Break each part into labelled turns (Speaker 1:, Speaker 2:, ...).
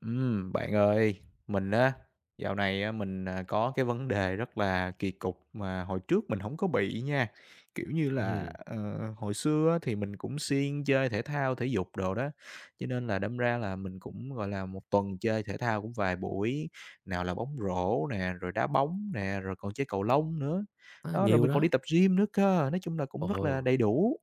Speaker 1: Bạn ơi, mình á, dạo này á, mình, có cái vấn đề rất là kỳ cục mà hồi trước mình không có bị nha. Kiểu như là,
Speaker 2: Ừm,
Speaker 1: hồi xưa á, thì mình cũng siêng chơi thể thao, thể dục đồ đó, cho nên là đâm ra là mình cũng, gọi là, một tuần chơi thể thao cũng vài buổi, nào là bóng rổ nè, rồi đá bóng nè, rồi còn chơi cầu lông nữa.
Speaker 2: á,
Speaker 1: Đó, rồi
Speaker 2: nhiều
Speaker 1: mình còn đi
Speaker 2: đó.
Speaker 1: tập gym nữa cơ, nói chung là cũng
Speaker 2: Ồ,
Speaker 1: rất là đầy đủ.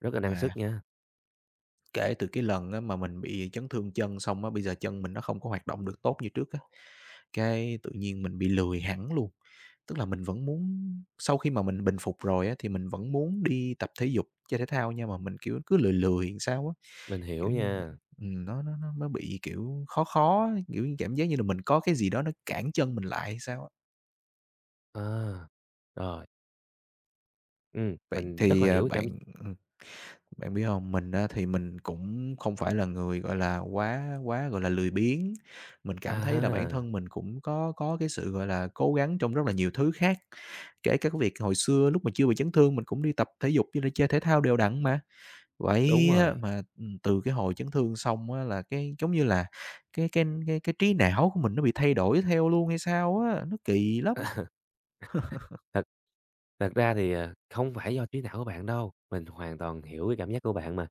Speaker 2: rất là
Speaker 1: Nhưng
Speaker 2: năng
Speaker 1: mà
Speaker 2: sức nha,
Speaker 1: kể từ cái lần á, mà mình bị chấn thương chân xong á, bây giờ chân mình nó không có hoạt động được tốt như trước á. Cái tự nhiên mình bị lười hẳn luôn, tức là mình vẫn muốn sau khi mà mình bình phục rồi á, thì mình vẫn muốn đi tập thể dục, chơi thể thao nha, mà mình, kiểu, cứ lười lười làm sao á.
Speaker 2: mình hiểu
Speaker 1: Kiểu như là,
Speaker 2: nha.
Speaker 1: nó bị, kiểu, khó khó á, kiểu như, cảm giác như là mình có cái gì đó nó cản chân mình lại hay sao á.
Speaker 2: À, rồi,
Speaker 1: Vậy
Speaker 2: mình rất
Speaker 1: thì,
Speaker 2: là hiểu cái cảm
Speaker 1: ừ, bạn biết không? Mình á thì mình cũng không phải là người, gọi là, quá quá, gọi là, lười biếng. Mình
Speaker 2: à
Speaker 1: cảm thấy là bản
Speaker 2: ha,
Speaker 1: thân mình cũng có cái sự, gọi là, cố gắng trong rất là nhiều thứ khác, kể cả cái việc hồi xưa lúc mà chưa bị chấn thương mình cũng đi tập thể dục với lại chơi thể thao đều đặn mà.
Speaker 2: đúng
Speaker 1: Vậy á
Speaker 2: rồi.
Speaker 1: mà, từ cái hồi chấn thương xong á là cái giống như là cái trí não của mình nó bị thay đổi theo luôn hay sao á, nó kỳ lắm.
Speaker 2: Thật thật ra thì, ờ, không phải do trí não của bạn đâu, mình hoàn toàn hiểu cái cảm giác của bạn mà.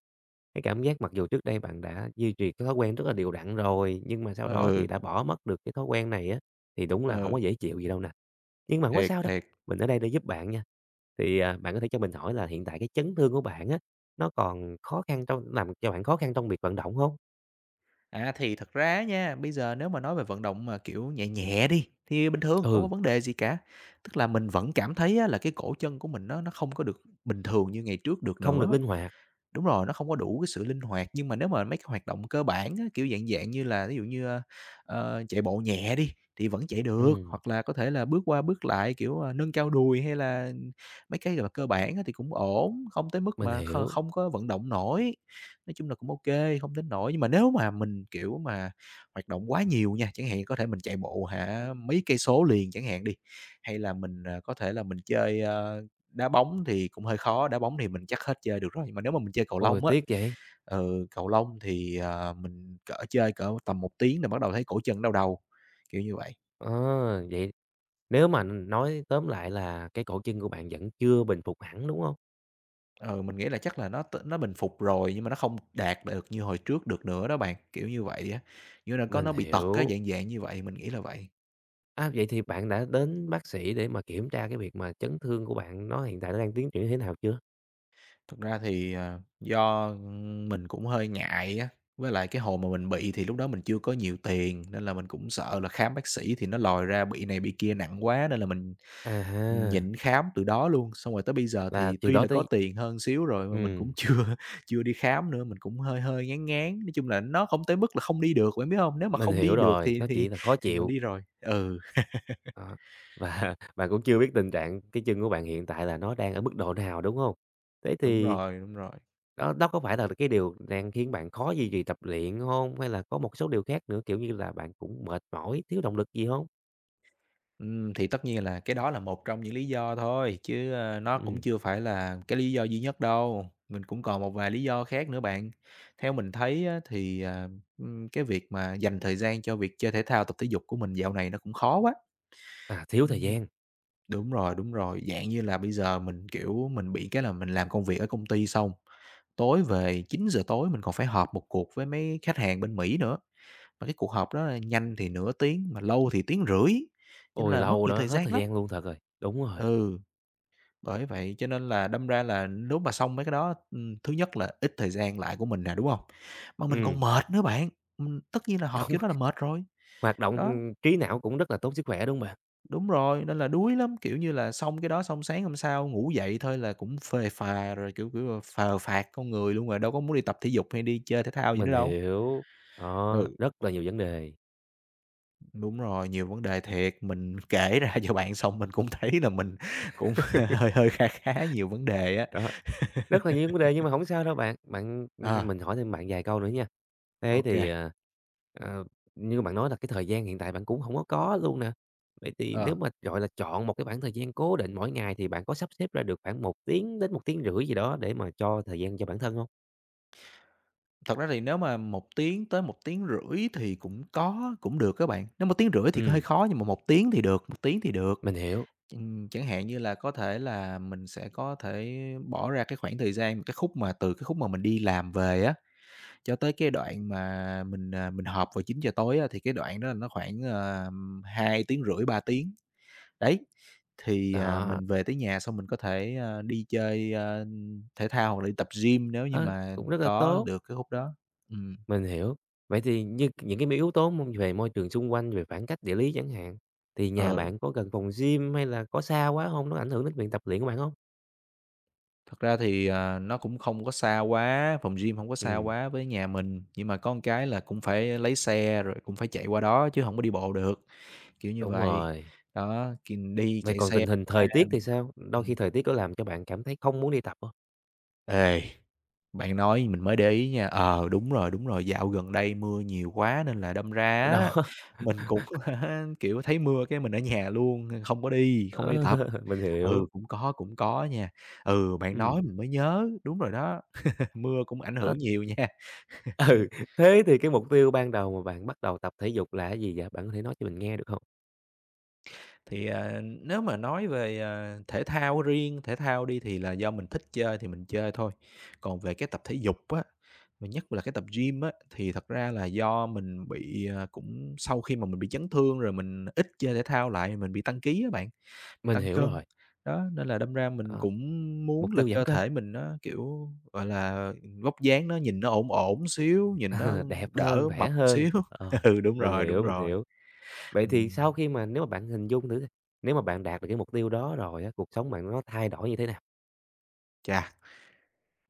Speaker 2: Cái cảm giác mặc dù trước đây bạn đã duy trì cái thói quen rất là đều đặn rồi, nhưng mà sau đó
Speaker 1: Ừ,
Speaker 2: thì đã bỏ mất được cái thói quen này á, thì đúng là không có
Speaker 1: ừ,
Speaker 2: dễ chịu gì đâu nè. Nhưng mà hổng có
Speaker 1: thiệt,
Speaker 2: sao đâu,
Speaker 1: thiệt.
Speaker 2: mình ở đây để giúp bạn nha. Thì, à, bạn có thể cho mình hỏi là hiện tại cái chấn thương của bạn á, nó còn khó khăn trong làm cho bạn khó khăn trong việc vận động không?
Speaker 1: À, thì thật ra á nha, bây giờ nếu mà nói về vận động mà, kiểu, nhẹ nhẹ đi, thì bình thường, không có
Speaker 2: Ừ,
Speaker 1: vấn đề gì cả. Tức là mình vẫn cảm thấy á là cái cổ chân của mình nó không có được bình thường như ngày trước được
Speaker 2: không được
Speaker 1: nữa.
Speaker 2: linh hoạt.
Speaker 1: Đúng rồi, nó không có đủ cái sự linh hoạt, nhưng mà nếu mà mấy cái hoạt động cơ bản á, kiểu, dạng dạng như là ví dụ như, chạy bộ nhẹ đi, thì vẫn chạy được,
Speaker 2: Ừm,
Speaker 1: hoặc là có thể là bước qua bước lại, kiểu, nâng cao đùi hay là mấy cái, gọi là, cơ bản á thì cũng ổn, không tới mức
Speaker 2: mình
Speaker 1: mà
Speaker 2: hiểu.
Speaker 1: không có vận động nổi. Nói chung là cũng ok không đến nổi nhưng mà nếu mà mình, kiểu, mà hoạt động quá nhiều nha, chẳng hạn có thể mình chạy bộ hả mấy cây số liền chẳng hạn đi, hay là mình, có thể là mình chơi, đá bóng thì cũng hơi khó, đá bóng thì mình chắc hết chơi được rồi, nhưng mà nếu mà mình chơi cầu
Speaker 2: Ôi,
Speaker 1: lông á,
Speaker 2: tiếc vậy!
Speaker 1: ừ, cầu lông thì, mình cỡ chơi cỡ tầm một tiếng là bắt đầu thấy cổ chân đau đầu, kiểu như vậy.
Speaker 2: Ờ, vậy. Nếu mà nói tóm lại là cái cổ chân của bạn vẫn chưa bình phục hẳn, đúng không?
Speaker 1: Ừ, mình nghĩ là chắc là nó bình phục rồi nhưng mà nó không đạt được như hồi trước được nữa đó bạn, kiểu như vậy á, như là, có
Speaker 2: Mình
Speaker 1: nó bị tật á,
Speaker 2: hiểu.
Speaker 1: dạng dạng như vậy, mình nghĩ là vậy.
Speaker 2: À, vậy thì bạn đã đến bác sĩ để mà kiểm tra cái việc mà chấn thương của bạn nó hiện tại nó đang tiến triển như thế nào chưa?
Speaker 1: Thực ra thì, do, mình cũng hơi ngại á, với lại cái hồi mà mình bị thì lúc đó mình chưa có nhiều tiền nên là mình cũng sợ là khám bác sĩ thì nó lòi ra bị này bị kia nặng quá nên là mình
Speaker 2: À ha,
Speaker 1: nhịn khám từ đó luôn, xong rồi tới bây giờ
Speaker 2: là
Speaker 1: thì
Speaker 2: từ
Speaker 1: tuy
Speaker 2: đó
Speaker 1: là có
Speaker 2: tới
Speaker 1: tiền hơn xíu rồi mà mình cũng
Speaker 2: ừm,
Speaker 1: chưa chưa đi khám nữa, mình cũng hơi hơi ngán ngán. Nói chung là nó không tới mức là không đi được, bạn biết không? Nếu mà
Speaker 2: mình
Speaker 1: không
Speaker 2: hiểu
Speaker 1: đi được
Speaker 2: rồi,
Speaker 1: thì
Speaker 2: nó
Speaker 1: thì
Speaker 2: chỉ là khó
Speaker 1: thì mình
Speaker 2: chịu,
Speaker 1: đi rồi. Ừ,
Speaker 2: đó, và bạn cũng chưa biết tình trạng cái chân của bạn hiện tại là nó đang ở mức độ nào, đúng không? Thế
Speaker 1: đúng
Speaker 2: thì
Speaker 1: rồi, đúng rồi.
Speaker 2: đó đó có phải là cái điều đang khiến bạn khó duy trì tập luyện không? Hay là có một số điều khác nữa, kiểu như là, bạn cũng mệt mỏi, thiếu động lực gì không?
Speaker 1: Thì tất nhiên là cái đó là một trong những lý do thôi, chứ, nó cũng
Speaker 2: Ừm.
Speaker 1: chưa phải là cái lý do duy nhất đâu, mình cũng còn một vài lý do khác nữa bạn. Theo mình thấy á thì, cái việc mà dành thời gian cho việc chơi thể thao, tập thể dục của mình dạo này nó cũng khó quá.
Speaker 2: À, thiếu thời gian.
Speaker 1: Đúng rồi, dạng như là bây giờ mình, kiểu, mình bị cái là mình làm công việc ở công ty xong, tối về 9 giờ tối mình còn phải họp một cuộc với mấy khách hàng bên Mỹ nữa, mà cái cuộc họp đó là nhanh thì nửa tiếng, mà lâu thì tiếng rưỡi, cho nên
Speaker 2: Ôi,
Speaker 1: là mất
Speaker 2: lâu
Speaker 1: nhiều
Speaker 2: đó,
Speaker 1: thời
Speaker 2: hết
Speaker 1: gian
Speaker 2: thời
Speaker 1: lắm.
Speaker 2: gian luôn thật rồi. Đúng rồi,
Speaker 1: Ừ, bởi vậy cho nên là đâm ra là nếu mà xong mấy cái đó, thứ nhất là ít thời gian lại của mình nè, đúng không? Mà mình còn
Speaker 2: ừm,
Speaker 1: mệt nữa bạn, tất nhiên là họp
Speaker 2: đúng,
Speaker 1: kiểu đó là mệt rồi,
Speaker 2: hoạt động,
Speaker 1: đó.
Speaker 2: trí não cũng rất là tốt sức khỏe, đúng không bạn?
Speaker 1: Đúng rồi, nên là đuối lắm, kiểu như là, xong cái đó xong sáng hôm sau ngủ dậy thôi là cũng phề phà rồi, kiểu kiểu là, phờ phạc con người luôn rồi, đâu có muốn đi tập thể dục hay đi chơi thể thao gì
Speaker 2: Mình
Speaker 1: nữa đâu.
Speaker 2: hiểu, đó,
Speaker 1: Ừ.
Speaker 2: rất là nhiều vấn đề.
Speaker 1: Đúng rồi, nhiều vấn đề thiệt, mình kể ra cho bạn xong mình cũng thấy là mình cũng hơi hơi, kha khá nhiều vấn đề á.
Speaker 2: Đó, rất là nhiều vấn đề nhưng mà không sao đâu bạn. Bạn
Speaker 1: À,
Speaker 2: mình hỏi thêm bạn vài câu nữa nha. Thế
Speaker 1: ô
Speaker 2: thì, ờ, ờ, như bạn nói là cái thời gian hiện tại bạn cũng không có luôn nè. Vậy thì
Speaker 1: ờ,
Speaker 2: nếu mà, gọi là, chọn một cái khoảng thời gian cố định mỗi ngày thì bạn có sắp xếp ra được khoảng 1 tiếng đến 1 tiếng rưỡi gì đó để mà cho thời gian cho bản thân không?
Speaker 1: thật ra thì nếu mà một tiếng tới một tiếng rưỡi thì cũng có, cũng được các bạn, nếu một tiếng rưỡi thì hơi
Speaker 2: Ừm,
Speaker 1: khó nhưng mà một tiếng thì được, một tiếng thì được.
Speaker 2: mình hiểu.
Speaker 1: Chẳng hạn như là có thể là mình sẽ có thể bỏ ra cái khoảng thời gian, cái khúc mà từ cái khúc mà mình đi làm về á, cho tới cái đoạn mà mình, mình họp vào 9 giờ tối á, thì cái đoạn đó là nó khoảng, 2 tiếng rưỡi, 3 tiếng. Đấy, thì,
Speaker 2: Đó,
Speaker 1: mình về tới nhà xong mình có thể, đi chơi, thể thao hoặc là đi tập gym nếu như
Speaker 2: ơ,
Speaker 1: mà
Speaker 2: cũng rất là
Speaker 1: có
Speaker 2: tốt,
Speaker 1: được cái khúc đó. Ừm,
Speaker 2: mình hiểu. Vậy thì như những cái m yếu tố môn về môi trường xung quanh, về khoảng cách địa lý chẳng hạn, thì nhà
Speaker 1: ờ.
Speaker 2: bạn có gần phòng gym hay là có xa quá hông? Nó ảnh hưởng đến việc tập luyện của bạn hông?
Speaker 1: Thật ra thì, nó cũng không có xa quá, phòng gym không có xa
Speaker 2: Ừm,
Speaker 1: quá với nhà mình, nhưng mà có một cái là cũng phải lấy xe rồi cũng phải chạy qua đó chứ không có đi bộ được, kiểu như
Speaker 2: đúng
Speaker 1: vậy.
Speaker 2: rồi.
Speaker 1: Đó, thì đi
Speaker 2: Vậy
Speaker 1: chạy
Speaker 2: còn tình
Speaker 1: xe
Speaker 2: hình thời
Speaker 1: ra
Speaker 2: tiết thì sao? Đôi
Speaker 1: ừm.
Speaker 2: khi thời tiết có làm cho bạn cảm thấy không muốn đi tập hông?
Speaker 1: Ê, bạn nói mình mới để ý nha, ờ, đúng rồi, dạo gần đây mưa nhiều quá nên là đâm ra á,
Speaker 2: Đó,
Speaker 1: mình cũng kiểu, thấy mưa cái mình ở nhà luôn, không có đi, không có đi
Speaker 2: ờ,
Speaker 1: tập.
Speaker 2: mình
Speaker 1: Ừ,
Speaker 2: hiểu.
Speaker 1: cũng có nha. Ừ, bạn
Speaker 2: Ừm,
Speaker 1: nói mình mới nhớ, đúng rồi đó, mưa cũng ảnh
Speaker 2: ơ,
Speaker 1: hưởng nhiều nha.
Speaker 2: ừ, thế thì cái mục tiêu ban đầu mà bạn bắt đầu tập thể dục là cái gì vậy? Bạn có thể nói cho mình nghe được hông?
Speaker 1: Thì, nếu mà nói về, thể thao riêng, thể thao đi thì là do mình thích chơi thì mình chơi thôi. Còn về cái tập thể dục á, mà nhất là cái tập gym á, thì thật ra là do mình bị, cũng sau khi mà mình bị chấn thương rồi mình ít chơi thể thao lại, mình bị tăng ký á bạn, bị
Speaker 2: Mình
Speaker 1: tăng
Speaker 2: hiểu
Speaker 1: cân.
Speaker 2: rồi,
Speaker 1: Đó, nên là đâm ra mình
Speaker 2: ờ,
Speaker 1: cũng
Speaker 2: mục
Speaker 1: muốn là
Speaker 2: tiêu giảm
Speaker 1: cơ
Speaker 2: cân.
Speaker 1: thể mình nó, kiểu, gọi là, vóc dáng nó nhìn nó ổn ổn xíu, nhìn nó
Speaker 2: Ờ, đẹp hơn,
Speaker 1: đỡ
Speaker 2: vẻ
Speaker 1: mập
Speaker 2: hơn.
Speaker 1: xíu.
Speaker 2: Rồi,
Speaker 1: Ừ, đúng
Speaker 2: mình
Speaker 1: rồi, đúng
Speaker 2: hiểu, mình
Speaker 1: rồi.
Speaker 2: hiểu. Vậy thì
Speaker 1: Ừm,
Speaker 2: sau khi mà nếu mà bạn hình dung thử nếu mà bạn đạt được cái mục tiêu đó rồi á, cuộc sống bạn nó thay đổi như thế nào?
Speaker 1: chà.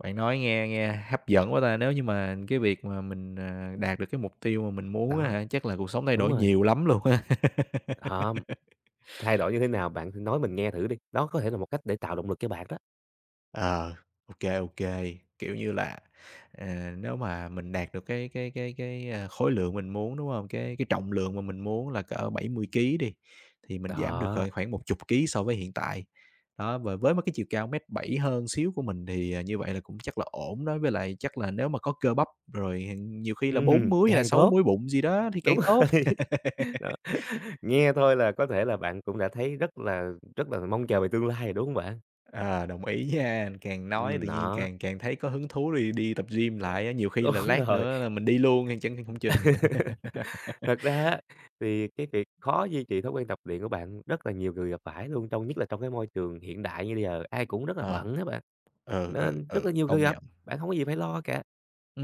Speaker 1: Bạn nói nghe nghe hấp dẫn quá ta! Nếu như mà cái việc mà mình, đạt được cái mục tiêu mà mình muốn á
Speaker 2: Đó,
Speaker 1: hả, chắc là cuộc sống thay
Speaker 2: đúng
Speaker 1: đổi
Speaker 2: rồi.
Speaker 1: nhiều lắm luôn ha.
Speaker 2: Đó, thay đổi như thế nào bạn nói mình nghe thử đi. Đó có thể là một cách để tạo động lực cho bạn đó.
Speaker 1: Ờ, ô kê, kiểu như là, nếu mà mình đạt được cái, khối lượng mình muốn, đúng không? Cái trọng lượng mà mình muốn là cỡ 70 ký đi, thì mình giảm được
Speaker 2: Đó,
Speaker 1: khoảng khoảng một chục ký so với hiện tại. Đó, và với một cái chiều cao mét bảy hơn xíu của mình thì, như vậy là cũng chắc là ổn đó, với lại chắc là nếu mà có cơ bắp rồi nhiều khi là 4 múi hay là
Speaker 2: càng
Speaker 1: 6
Speaker 2: tốt,
Speaker 1: múi bụng gì đó thì càng
Speaker 2: đúng rồi.
Speaker 1: tốt.
Speaker 2: Đó, nghe thôi là có thể là bạn cũng đã thấy rất là mong chờ về tương lai rồi, đúng hông bạn?
Speaker 1: Ờ, đồng ý nha, càng nói tự nhiên
Speaker 2: Đó,
Speaker 1: càng càng thấy có hứng thú đi đi tập gym lại á, nhiều khi là
Speaker 2: đúng
Speaker 1: lát
Speaker 2: rồi.
Speaker 1: nữa là mình đi luôn hay chẳng không chừng.
Speaker 2: Thật ra á, thì cái việc khó duy trì thói quen tập luyện của bạn rất là nhiều người gặp phải luôn, trong nhất là trong cái môi trường hiện đại như bây giờ, ai cũng rất là
Speaker 1: Ờ,
Speaker 2: bận á bạn,
Speaker 1: ừ, ừ,
Speaker 2: nên rất
Speaker 1: ừ,
Speaker 2: là nhiều người
Speaker 1: công
Speaker 2: gặp,
Speaker 1: nhận.
Speaker 2: bạn không có gì phải lo cả.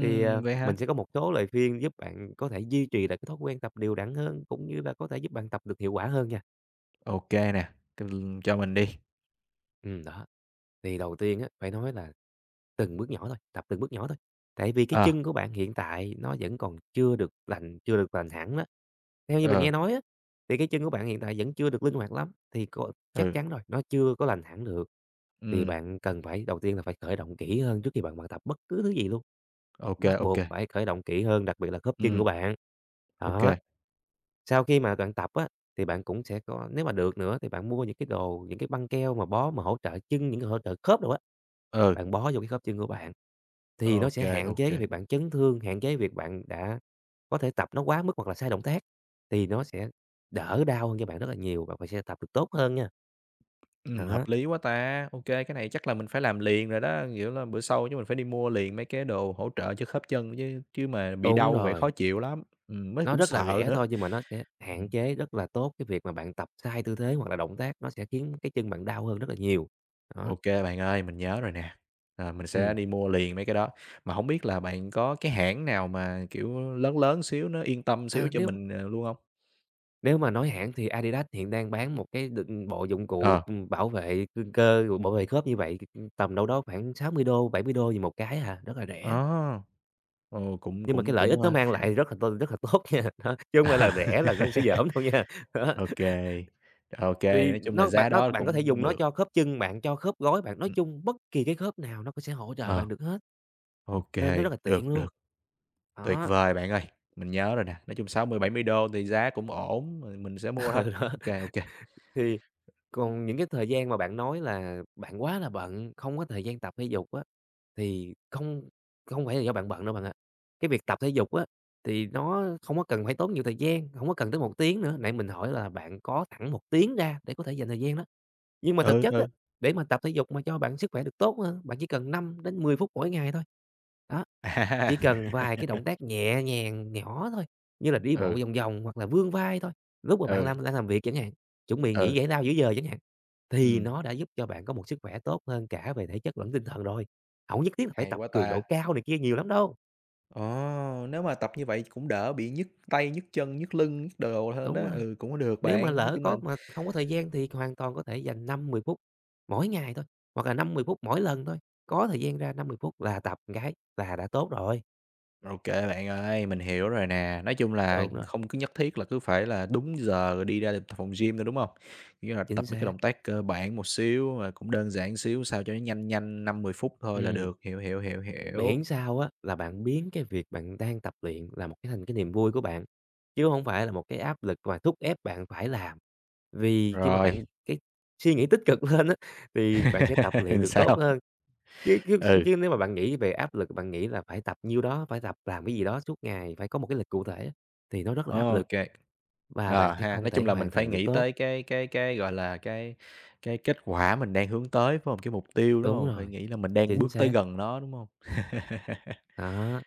Speaker 2: Thì, ờ,
Speaker 1: Vậy
Speaker 2: mình
Speaker 1: hả?
Speaker 2: sẽ có một số lời khuyên giúp bạn có thể duy trì được cái thói quen tập đều đặn hơn, cũng như là có thể giúp bạn tập được hiệu quả hơn nha.
Speaker 1: Ô kê nè, c cho mình đi.
Speaker 2: Đó, thì đầu tiên á, phải nói là từng bước nhỏ thôi, tập từng bước nhỏ thôi. Tại vì cái
Speaker 1: Ờ,
Speaker 2: chân của bạn hiện tại nó vẫn còn chưa được lành hẳn đó. Theo như mình
Speaker 1: ờ,
Speaker 2: nghe nói á, thì cái chân của bạn hiện tại vẫn chưa được linh hoạt lắm, thì có chắc
Speaker 1: ừ,
Speaker 2: chắn rồi, nó chưa có lành hẳn được, thì
Speaker 1: ừm,
Speaker 2: bạn cần phải đầu tiên là phải khởi động kỹ hơn trước khi bạn bạn tập bất cứ thứ gì luôn.
Speaker 1: ok
Speaker 2: B
Speaker 1: kê,
Speaker 2: bắt
Speaker 1: ô
Speaker 2: buộc
Speaker 1: kê,
Speaker 2: phải khởi động kỹ hơn, đặc biệt là khớp chân của
Speaker 1: ừm,
Speaker 2: bạn.
Speaker 1: ô kê,
Speaker 2: Đó, sau khi mà bạn tập á, thì bạn cũng sẽ có nếu mà được nữa thì bạn mua những cái đồ, những cái băng keo mà bó mà hỗ trợ chân, những cái hỗ trợ khớp đâu á,
Speaker 1: ừ,
Speaker 2: bạn bó vô cái khớp chân của bạn.
Speaker 1: ô
Speaker 2: Thì nó sẽ
Speaker 1: kê, ô
Speaker 2: hạn chế cái
Speaker 1: kê.
Speaker 2: việc bạn chấn thương, hạn chế việc bạn đã có thể tập nó quá mức hoặc là sai động tác, thì nó sẽ đỡ đau hơn cho bạn rất là nhiều, và bạn sẽ tập được tốt hơn nha.
Speaker 1: Hợp
Speaker 2: Đó,
Speaker 1: lý quá ta, ok cái này chắc là mình phải làm liền rồi đó, kiểu là, bữa sau mình phải đi mua liền mấy cái đồ hỗ trợ cho khớp chân chứ chứ mà bị
Speaker 2: đúng
Speaker 1: đau vậy khó
Speaker 2: rồi,
Speaker 1: chịu lắm, với
Speaker 2: nó
Speaker 1: cũng
Speaker 2: rất là
Speaker 1: sợ
Speaker 2: rẻ
Speaker 1: nữa.
Speaker 2: thôi nhưng mà nó sẽ hạn
Speaker 1: Ừm.
Speaker 2: chế rất là tốt cái việc mà bạn tập sai tư thế hoặc là động tác, nó sẽ khiến cái chân bạn đau hơn rất là nhiều. Đó,
Speaker 1: OK bạn ơi, mình nhớ rồi nè. Ờ, mình sẽ
Speaker 2: ừm.
Speaker 1: đi mua liền mấy cái đó. Mà không biết là bạn có cái hãng nào mà, kiểu, lớn lớn xíu, nó yên tâm xíu
Speaker 2: À,
Speaker 1: cho
Speaker 2: nếu
Speaker 1: mình, luôn không?
Speaker 2: nếu mà nói hãng thì Adidas hiện đang bán một cái đựng bộ dụng cụ,
Speaker 1: Ờ,
Speaker 2: bảo vệ cơ, rồi bảo vệ khớp như vậy, tầm đâu đó khoảng 60 đô, 70 đô gì một cái à, rất là rẻ.
Speaker 1: ó, ồ, cũng
Speaker 2: Nhưng mà cái
Speaker 1: cũng
Speaker 2: lợi ích
Speaker 1: cũng,
Speaker 2: nó mang
Speaker 1: khá
Speaker 2: lại rất là tốt nha, đó, chứ hông phải là rẻ là nó sẽ dởm đâu nha. Đó,
Speaker 1: OK, OK,
Speaker 2: thì
Speaker 1: nói chung là giá
Speaker 2: nó
Speaker 1: đó
Speaker 2: bạn có thể
Speaker 1: cũng
Speaker 2: dùng nó
Speaker 1: được.
Speaker 2: cho khớp chân bạn, cho khớp gối bạn, nói
Speaker 1: Ừm,
Speaker 2: chung bất kỳ cái khớp nào nó cũng sẽ hỗ trợ
Speaker 1: ờ,
Speaker 2: bạn được hết,
Speaker 1: OK,
Speaker 2: nên nó rất là
Speaker 1: được,
Speaker 2: tiện luôn.
Speaker 1: được, tuyệt
Speaker 2: Đó,
Speaker 1: vời bạn ơi. Mình nhớ rồi nè, nói chung sáu mươi 70 đô thì giá cũng ổn, rồi mình sẽ mua thôi.
Speaker 2: ừ, đó,
Speaker 1: OK, OK.
Speaker 2: thì còn những cái thời gian mà bạn nói là bạn quá là bận, không có thời gian tập thể dục á, thì không không phải là do bạn bận đâu bạn ạ. Cái việc tập thể dục á, thì nó không có cần phải tốn nhiều thời gian, không có cần tới một tiếng nữa. Nãy mình hỏi là bạn có thẳng một tiếng ra để có thể dành thời gian đó, nhưng mà thực
Speaker 1: Ừ,
Speaker 2: chất á,
Speaker 1: ừ.
Speaker 2: để mà tập thể dục mà cho bạn sức khỏe được tốt hơn, bạn chỉ cần 5 đến 10 phút mỗi ngày thôi. Đó. Chỉ cần vài
Speaker 1: À.
Speaker 2: cái động tác nhẹ nhàng nhỏ thôi, như là đi
Speaker 1: Ừ,
Speaker 2: bộ vòng vòng hoặc là vươn vai thôi, lúc mà bạn
Speaker 1: ừ,
Speaker 2: đang làm việc chẳng hạn, chuẩn bị nghỉ
Speaker 1: ừ,
Speaker 2: giải lao giữa giờ chẳng hạn, thì nó đã giúp cho bạn có một sức khỏe tốt hơn cả về thể chất lẫn tinh thần rồi. Không nhất thiết là phải
Speaker 1: hay
Speaker 2: tập
Speaker 1: quá
Speaker 2: cường độ
Speaker 1: ta.
Speaker 2: cao này kia nhiều lắm đâu.
Speaker 1: Ờ, nếu mà tập như vậy cũng đỡ bị nhức tay, nhức chân, nhức lưng, nhức đồ hơn
Speaker 2: Đúng
Speaker 1: đó,
Speaker 2: rồi,
Speaker 1: ừ, cũng có được
Speaker 2: nếu mà
Speaker 1: bạn, nói
Speaker 2: lỡ
Speaker 1: chung là
Speaker 2: có mà không có thời gian thì hoàn toàn có thể dành năm mười phút mỗi ngày thôi, hoặc là năm mười phút mỗi lần thôi, có thời gian ra năm mười phút là tập một cái là đã tốt rồi.
Speaker 1: ok bạn ơi, mình hiểu rồi nè. Nói chung là
Speaker 2: Đúng rồi,
Speaker 1: không cứ nhất thiết là cứ phải là đúng giờ rồi đi ra tập phòng gym nữa, đúng không? Nghĩa là
Speaker 2: chính
Speaker 1: tập mấy cái
Speaker 2: xác,
Speaker 1: động tác cơ bản một xíu, rồi cũng đơn giản xíu sao cho nó nhanh nhanh 5 10 phút thôi là
Speaker 2: ừm.
Speaker 1: được, hiểu, hiểu, hiểu, hiểu.
Speaker 2: Miễn sao á là bạn biến cái việc bạn đang tập luyện là một cái thành cái niềm vui của bạn, chứ không phải là một cái áp lực và thúc ép bạn phải làm. Vì khi mà
Speaker 1: Rồi,
Speaker 2: bạn cái suy nghĩ tích cực lên á, thì bạn sẽ tập luyện được tốt
Speaker 1: sao?
Speaker 2: hơn, chứ chứ
Speaker 1: Ừ,
Speaker 2: chứ nếu mà bạn nghĩ về áp lực, bạn nghĩ là phải tập nhiêu đó, phải tập làm cái gì đó suốt ngày, phải có một cái lịch cụ thể á, thì nó rất là áp
Speaker 1: ô
Speaker 2: lực và bạn
Speaker 1: Ờ
Speaker 2: sẽ
Speaker 1: ha,
Speaker 2: không
Speaker 1: nói
Speaker 2: thể
Speaker 1: chung là
Speaker 2: hoàn
Speaker 1: mình phải
Speaker 2: thành được
Speaker 1: nghĩ
Speaker 2: tốt.
Speaker 1: tới cái, gọi là, cái kết quả mình đang hướng tới, phải không? Cái mục tiêu, đúng
Speaker 2: Đúng
Speaker 1: không? Phải
Speaker 2: rồi,
Speaker 1: nghĩ là mình đang
Speaker 2: chính
Speaker 1: bước tới
Speaker 2: xác,
Speaker 1: gần nó, đúng không?
Speaker 2: đó,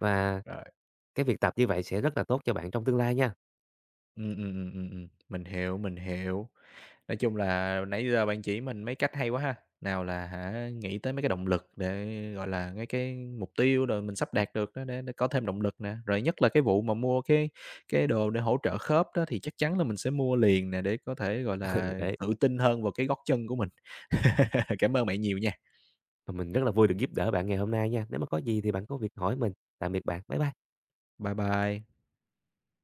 Speaker 2: và
Speaker 1: Rồi,
Speaker 2: cái việc tập như vậy sẽ rất là tốt cho bạn trong tương lai nha.
Speaker 1: mình hiểu, mình hiểu. Nói chung là nãy giờ bạn chỉ mình mấy cách hay quá ha. Nào là hả, nghĩ tới mấy cái động lực để, gọi là, mấy cái mục tiêu rồi mình sắp đạt được đó để có thêm động lực nè, rồi nhất là cái vụ mà mua cái đồ để hỗ trợ khớp đó thì chắc chắn là mình sẽ mua liền nè để có thể, gọi
Speaker 2: Ừ,
Speaker 1: là,
Speaker 2: đấy.
Speaker 1: tự tin hơn vào cái gót chân của mình. Cảm ơn bạn nhiều nha.
Speaker 2: Và mình rất là vui được giúp đỡ bạn ngày hôm nay nha. Nếu mà có gì thì bạn có việc hỏi mình. Tạm biệt bạn. Bye bye.
Speaker 1: Bye bye.